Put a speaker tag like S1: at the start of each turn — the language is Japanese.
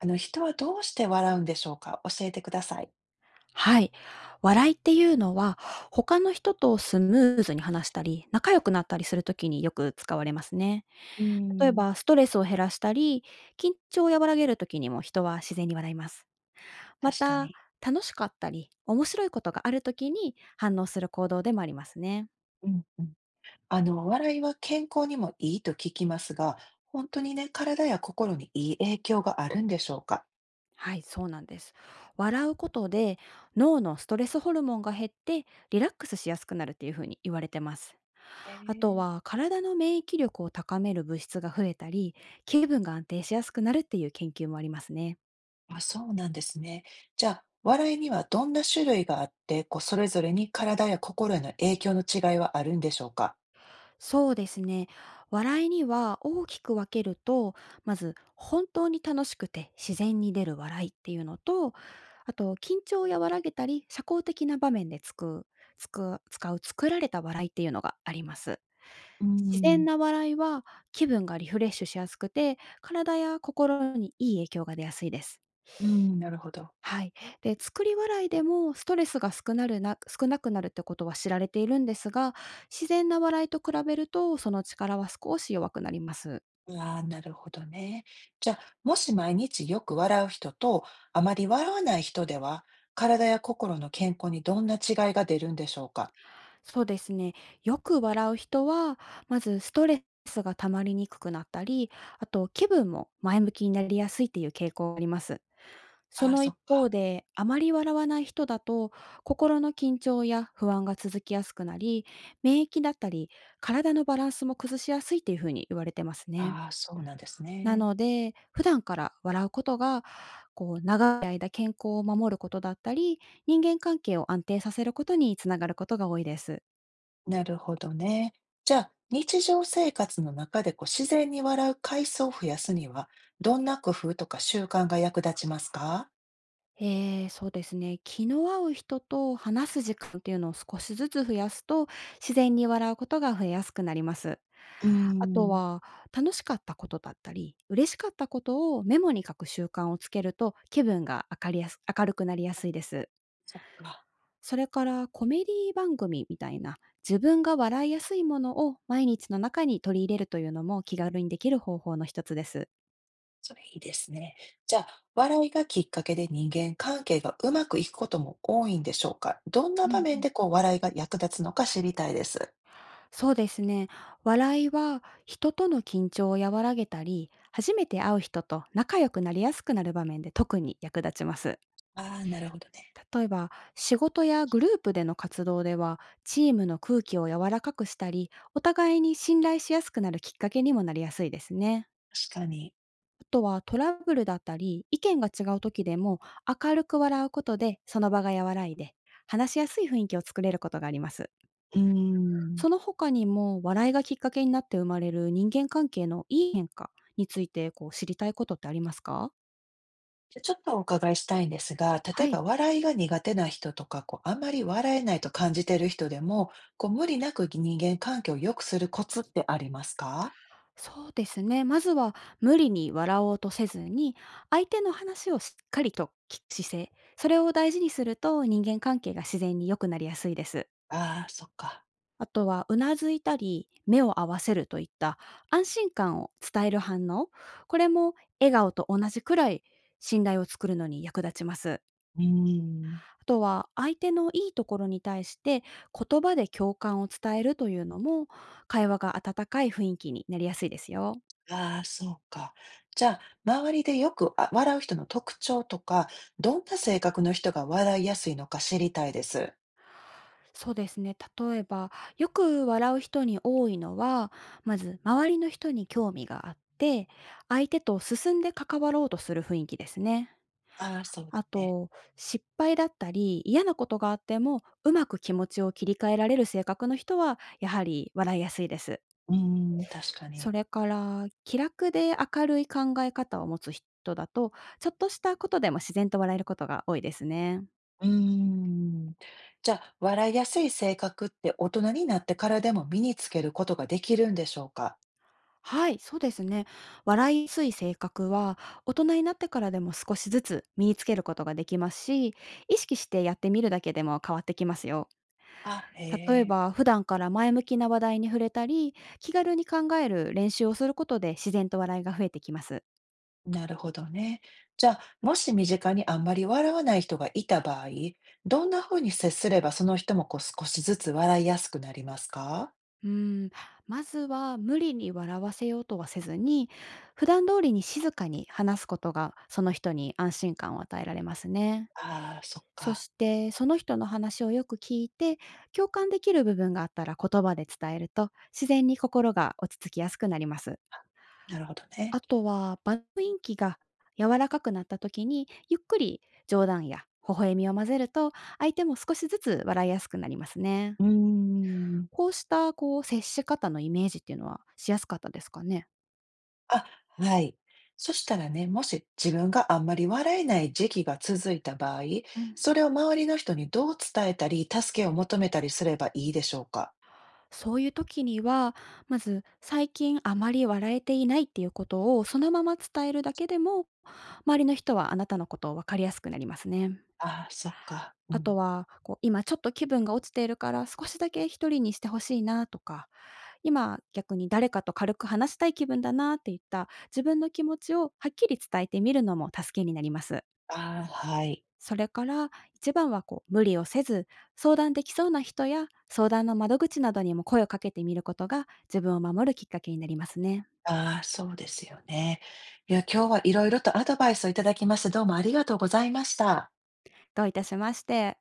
S1: 人はどうして笑うんでしょうか？教えてください。
S2: はい。笑いっていうのは、他の人とスムーズに話したり、仲良くなったりするときによく使われますね。
S1: うー
S2: 例え
S1: ん。
S2: ば、ストレスを減らしたり、緊張を和らげるときにも人は自然に笑います。ま
S1: 確か
S2: た、
S1: に。
S2: 楽しかったり、面白いことがあるときに反応する行動でもありますね。
S1: うんうん。笑いは健康にもいいと聞きますが、本当にね、体や心にいい影響があるんでしょうか？
S2: はい、そうなんです。笑うことで、脳のストレスホルモンが減って、リラックスしやすくなるっていうふうに言われてます。
S1: へ
S2: あと
S1: え。
S2: は体の免疫力を高める物質が増えたり、気分が安定しやすくなるっていう研究もありますね。
S1: あ、そうなんですね。じゃあ、笑いにはどんな種類があって、それぞれに体や心への影響の違いはあるんでしょうか？
S2: そうですね。笑いには大きく分けると、まず本当に楽しくて自然に出る笑いっていうのと、あと緊張を和らげたり、社交的な場面でつく、つく、使う作られた笑いっていうのがあります。
S1: うー
S2: 自然
S1: ん。
S2: な笑いは気分がリフレッシュしやすくて、体や心にいい影響が出やすいです。
S1: うーん、なるほど。
S2: はい。で、作り笑いでもストレスが少なくなるってことは知られているんですが、自然な笑いと比べるとその力は少し弱くなります。
S1: ああ、なるほどね。じゃあ、もし毎日よく笑う人と、あまり笑わない人では、体や心の健康にどんな違いが出るんでしょうか？
S2: そうですね。よく笑う人は、まずストレスが溜まりにくくなったり、あと気分も前向きになりやすいっていう傾向があります。そ
S1: ああ、
S2: の
S1: そ
S2: 一
S1: っ
S2: 方
S1: か。
S2: で、あまり笑わない人だと、心の緊張や不安が続きやすくなり、免疫だったり、体のバランスも崩しやすいっていうふうに言われてますね。
S1: ああ、そうなんです
S2: な
S1: ね。
S2: ので、普段から笑うことが、こう長い間健康を守ることだったり、人間関係を安定させることにつながることが多いです。
S1: なるほどね。じゃあ、日常生活の中で自然に笑う回数を増やすには、どんな工夫とか習慣が役立ちますか？
S2: そうですね。気の合う人と話す時間っていうのを少しずつ増やすと、自然に笑うことが増えやすくなります。
S1: うー
S2: あと
S1: ん、
S2: は、楽しかったことだったり、嬉しかったことをメモに書く習慣をつけると、気分が明るくなりやすいです。
S1: そっか。
S2: それからコメディ番組みたいな、自分が笑いやすいものを毎日の中に取り入れるというのも気軽にできる方法の一つです。
S1: それいいですね。じゃあ、笑いがきっかけで人間関係がうまくいくことも多いんでしょうか？どんな
S2: うんう
S1: 場面
S2: ん。
S1: で笑いが役立つのか知りたいです。
S2: そうですね。笑いは人との緊張を和らげたり、初めて会う人と仲良くなりやすくなる場面で特に役立ちます。
S1: ああ、なるほどね。
S2: 例えば、仕事やグループでの活動では、チームの空気を柔らかくしたり、お互いに信頼しやすくなるきっかけにもなりやすいですね。
S1: 確かに。
S2: とはトラブルだったり、意見が違う時でも、明るく笑うことでその場が和らいで、話しやすい雰囲気を作れることがあります。
S1: うーん。
S2: その他にも、笑いがきっかけになって生まれる人間関係のいい変化についてこう知りたいことってありますか？
S1: じゃ、ちょっとお伺いしたいんですが、例
S2: は
S1: えば
S2: い。
S1: 笑いが苦手な人とか、あんまり笑えないと感じてる人でも、無理なく人間関係を良くするコツってありますか？
S2: そうですね。まずは無理に笑おうとせずに、相手の話をしっかりと聞く姿勢、それを大事にすると人間関係が自然に良くなりやすいです。
S1: ああー、そっか。
S2: あとは、うなずいたり、目を合わせるといった安心感を伝える反応、これも笑顔と同じくらい信頼を作るのに役立ちます。
S1: うーん。
S2: あとは、相手のいいところに対して言葉で共感を伝えるというのも、会話が温かい雰囲気になりやすいですよ。
S1: ああ、そうか。じゃあ、周りでよく、あ、笑う人の特徴とか、どんな性格の人が笑いやすいのか知りたいです。
S2: そうですね。例えば、よく笑う人に多いのは、まず周りの人に興味があって、相手と進んで関わろうとする雰囲気ですね。
S1: ああ、そう
S2: あ
S1: だね。
S2: と、失敗だったり、嫌なことがあっても、うまく気持ちを切り替えられる性格の人は、やはり笑いやすいです。
S1: うーん、確かに。
S2: それから、気楽で明るい考え方を持つ人だと、ちょっとしたことでも自然と笑えることが多いですね。
S1: うーん。じゃあ、笑いやすい性格って大人になってからでも身につけることができるんでしょうか？
S2: はい、そうですね。笑いやすい性格は、大人になってからでも少しずつ身につけることができますし、意識してやってみるだけでも変わってきますよ。
S1: あ、へ
S2: 例え
S1: え、
S2: ば、普段から前向きな話題に触れたり、気軽に考える練習をすることで自然と笑いが増えてきます。
S1: なるほどね。じゃあ、もし身近にあんまり笑わない人がいた場合、どんなふうに接すればその人も少しずつ笑いやすくなりますか？
S2: うーん、まずは無理に笑わせようとはせずに、普段通りに静かに話すことがその人に安心感を与えられますね。
S1: ああ、そっ
S2: そ
S1: か。
S2: して、その人の話をよく聞いて、共感できる部分があったら言葉で伝えると、自然に心が落ち着きやすくなります。
S1: なるほどね。
S2: あとは場の雰囲気が柔らかくなった時に、ゆっくり冗談や微笑みを混ぜると、相手も少しずつ笑いやすくなりますね。
S1: うーん。
S2: こうしたこう接し方のイメージっていうのはしやすかったですかね？
S1: あ、はい。そしたらね、もし自分があんまり笑えない時期が続いた場合、
S2: うん。
S1: それを周りの人にどう伝えたり、助けを求めたりすればいいでしょうか？
S2: そういう時には、まず最近あまり笑えていないっていうことをそのまま伝えるだけでも、周りの人はあなたのことを分かりやすくなりますね。
S1: ああ、そっか。う
S2: あと
S1: ん。
S2: は、こう今ちょっと気分が落ちているから少しだけ一人にしてほしいなとか今、逆に誰かと軽く話したい気分だなっていった自分の気持ちをはっきり伝えてみるのも助けになります。
S1: ああ、はい。
S2: それから一番はこう無理をせず相談できそうな人や相談の窓口などにも声をかけてみることが自分を守るきっかけになりますね。
S1: ああ、そうですよね。いや、今日は色々とアドバイスをいただきまして、どうもありがとうございました。
S2: どういたしまして。